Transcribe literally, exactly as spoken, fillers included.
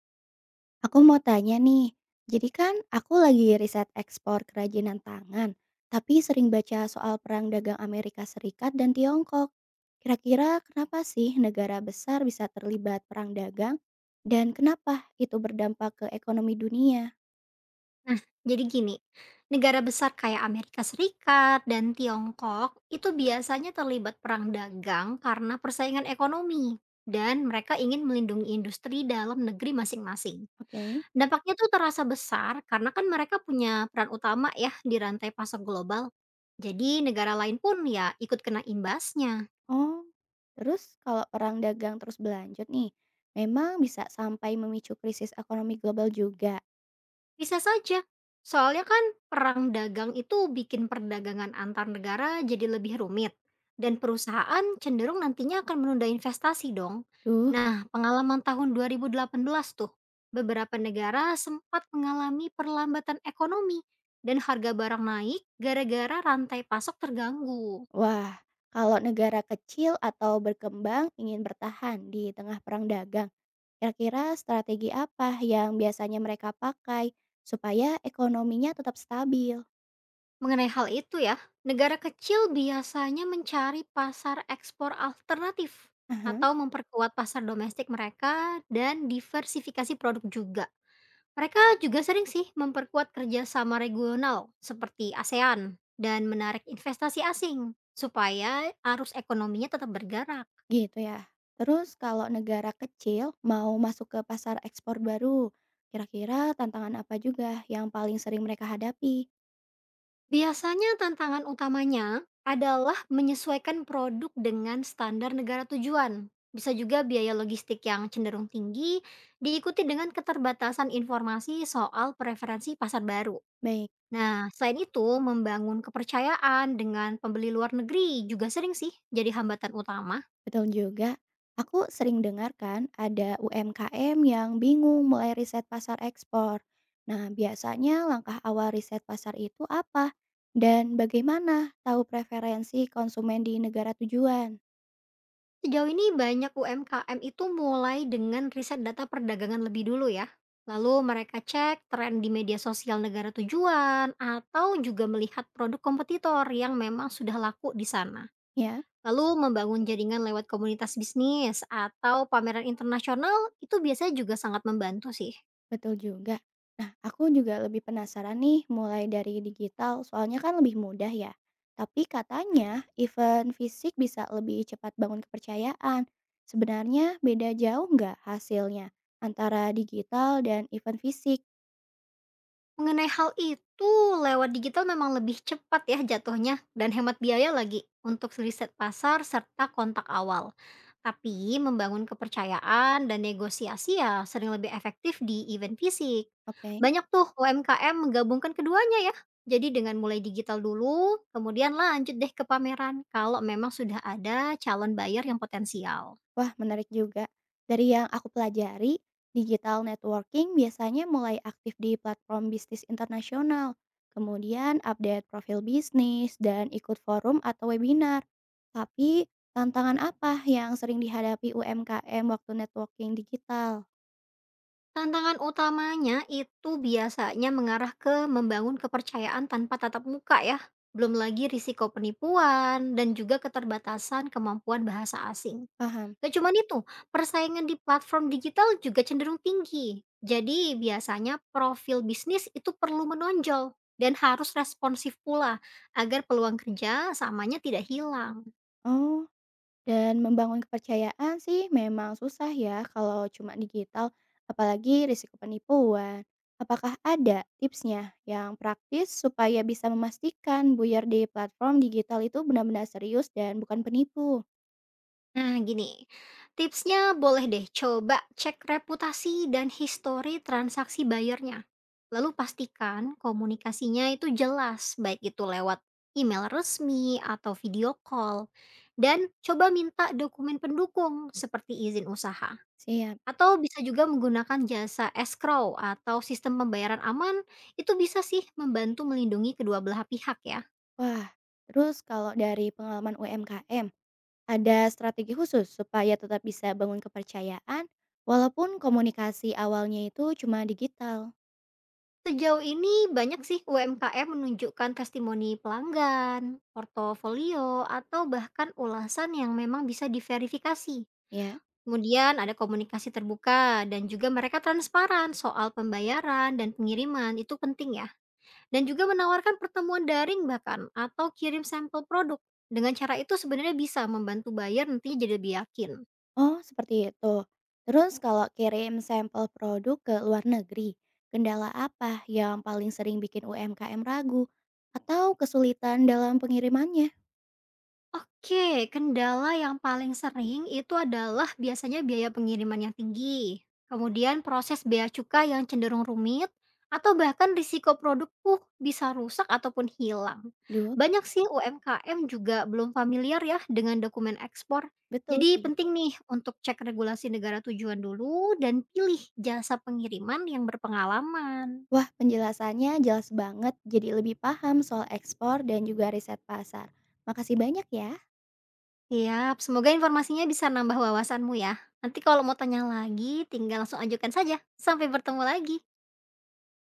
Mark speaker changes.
Speaker 1: Aku mau tanya nih, jadi kan aku lagi riset ekspor kerajinan tangan, tapi sering baca soal perang dagang Amerika Serikat dan Tiongkok. Kira-kira kenapa sih negara besar bisa terlibat perang dagang dan kenapa itu berdampak ke ekonomi dunia?
Speaker 2: Nah, jadi gini, negara besar kayak Amerika Serikat dan Tiongkok itu biasanya terlibat perang dagang karena persaingan ekonomi dan mereka ingin melindungi industri dalam negeri masing-masing.
Speaker 1: Oke.
Speaker 2: Dampaknya tuh terasa besar karena kan mereka punya peran utama ya di rantai pasok global. Jadi negara lain pun ya ikut kena imbasnya.
Speaker 1: Oh, terus kalau perang dagang terus berlanjut nih, memang bisa sampai memicu krisis ekonomi global juga.
Speaker 2: Bisa saja. Soalnya kan perang dagang itu bikin perdagangan antar negara jadi lebih rumit dan perusahaan cenderung nantinya akan menunda investasi dong.
Speaker 1: Duh.
Speaker 2: Nah, pengalaman tahun dua ribu delapan belas tuh, beberapa negara sempat mengalami perlambatan ekonomi dan harga barang naik gara-gara rantai pasok terganggu.
Speaker 1: Wah, kalau negara kecil atau berkembang ingin bertahan di tengah perang dagang, kira-kira strategi apa yang biasanya mereka pakai supaya ekonominya tetap stabil?
Speaker 2: Mengenai hal itu ya, negara kecil biasanya mencari pasar ekspor alternatif
Speaker 1: Aha,
Speaker 2: atau memperkuat pasar domestik mereka dan diversifikasi produk juga. Mereka juga sering sih memperkuat kerjasama regional seperti ASEAN dan menarik investasi asing supaya arus ekonominya tetap bergerak.
Speaker 1: gitu ya. Terus kalau negara kecil mau masuk ke pasar ekspor baru, kira-kira tantangan apa juga yang paling sering mereka hadapi?
Speaker 2: Biasanya tantangan utamanya adalah menyesuaikan produk dengan standar negara tujuan. Bisa juga biaya logistik yang cenderung tinggi, diikuti dengan keterbatasan informasi soal preferensi pasar baru.
Speaker 1: Baik.
Speaker 2: Nah, selain itu, membangun kepercayaan dengan pembeli luar negeri juga sering sih jadi hambatan utama.
Speaker 1: Betul juga. Aku sering dengarkan ada U M K M yang bingung mulai riset pasar ekspor. Nah, biasanya langkah awal riset pasar itu apa? Dan bagaimana tahu preferensi konsumen di negara tujuan?
Speaker 2: Sejauh ini banyak U M K M itu mulai dengan riset data perdagangan lebih dulu ya. Lalu mereka cek tren di media sosial negara tujuan atau juga melihat produk kompetitor yang memang sudah laku di sana.
Speaker 1: Ya.
Speaker 2: Lalu membangun jaringan lewat komunitas bisnis atau pameran internasional itu biasanya juga sangat membantu sih.
Speaker 1: Betul juga. Nah, aku juga lebih penasaran nih mulai dari digital, soalnya kan lebih mudah ya. Tapi katanya event fisik bisa lebih cepat bangun kepercayaan. Sebenarnya beda jauh nggak hasilnya antara digital dan event fisik?
Speaker 2: Mengenai hal itu, lewat digital memang lebih cepat ya jatuhnya dan hemat biaya lagi untuk riset pasar serta kontak awal. Tapi membangun kepercayaan dan negosiasi ya sering lebih efektif di event fisik.
Speaker 1: Oke.
Speaker 2: Banyak tuh U M K M menggabungkan keduanya ya. Jadi dengan mulai digital dulu, kemudian lanjut deh ke pameran kalau memang sudah ada calon buyer yang potensial.
Speaker 1: Wah, menarik juga. Dari yang aku pelajari, digital networking biasanya mulai aktif di platform bisnis internasional, kemudian update profil bisnis, dan ikut forum atau webinar. Tapi, tantangan apa yang sering dihadapi U M K M waktu networking digital?
Speaker 2: Tantangan utamanya itu biasanya mengarah ke membangun kepercayaan tanpa tatap muka ya. Belum lagi risiko penipuan dan juga keterbatasan kemampuan bahasa asing.
Speaker 1: Paham?
Speaker 2: Gak cuman itu, persaingan di platform digital juga cenderung tinggi. Jadi biasanya profil bisnis itu perlu menonjol dan harus responsif pula agar peluang kerja samanya tidak hilang.
Speaker 1: Oh. Dan membangun kepercayaan sih memang susah ya kalau cuma digital, apalagi risiko penipuan. Apakah ada tipsnya yang praktis supaya bisa memastikan buyur di platform digital itu benar-benar serius dan bukan penipu?
Speaker 2: Nah, gini. Tipsnya boleh deh coba cek reputasi dan histori transaksi bayarnya. Lalu pastikan komunikasinya itu jelas, baik itu lewat email resmi atau video call. Dan coba minta dokumen pendukung seperti izin usaha.
Speaker 1: Siap.
Speaker 2: Atau bisa juga menggunakan jasa escrow atau sistem pembayaran aman, itu bisa sih membantu melindungi kedua belah pihak ya.
Speaker 1: Wah, terus kalau dari pengalaman U M K M, ada strategi khusus supaya tetap bisa bangun kepercayaan walaupun komunikasi awalnya itu cuma digital,
Speaker 2: Sejauh ini banyak sih U M K M menunjukkan testimoni pelanggan, portofolio, atau bahkan ulasan yang memang bisa diverifikasi.
Speaker 1: ya?
Speaker 2: Kemudian ada komunikasi terbuka dan juga mereka transparan soal pembayaran dan pengiriman, itu penting ya. Dan juga menawarkan pertemuan daring bahkan atau kirim sampel produk. Dengan cara itu sebenarnya bisa membantu buyer nantinya jadi lebih yakin.
Speaker 1: Oh, seperti itu. Terus kalau kirim sampel produk ke luar negeri, kendala apa yang paling sering bikin U M K M ragu atau kesulitan dalam pengirimannya?
Speaker 2: Oke, kendala yang paling sering itu adalah biasanya biaya pengiriman yang tinggi, kemudian proses bea cukai yang cenderung rumit, atau bahkan risiko produkku bisa rusak ataupun hilang.
Speaker 1: Duh,
Speaker 2: Banyak sih U M K M juga belum familiar ya dengan dokumen ekspor,
Speaker 1: betul
Speaker 2: jadi
Speaker 1: sih.
Speaker 2: penting nih untuk cek regulasi negara tujuan dulu dan pilih jasa pengiriman yang berpengalaman.
Speaker 1: Wah, penjelasannya jelas banget. Jadi lebih paham soal ekspor dan juga riset pasar. Makasih banyak ya.
Speaker 2: Siap, semoga informasinya bisa nambah wawasanmu ya. Nanti kalau mau tanya lagi, tinggal langsung ajukan saja. Sampai bertemu lagi.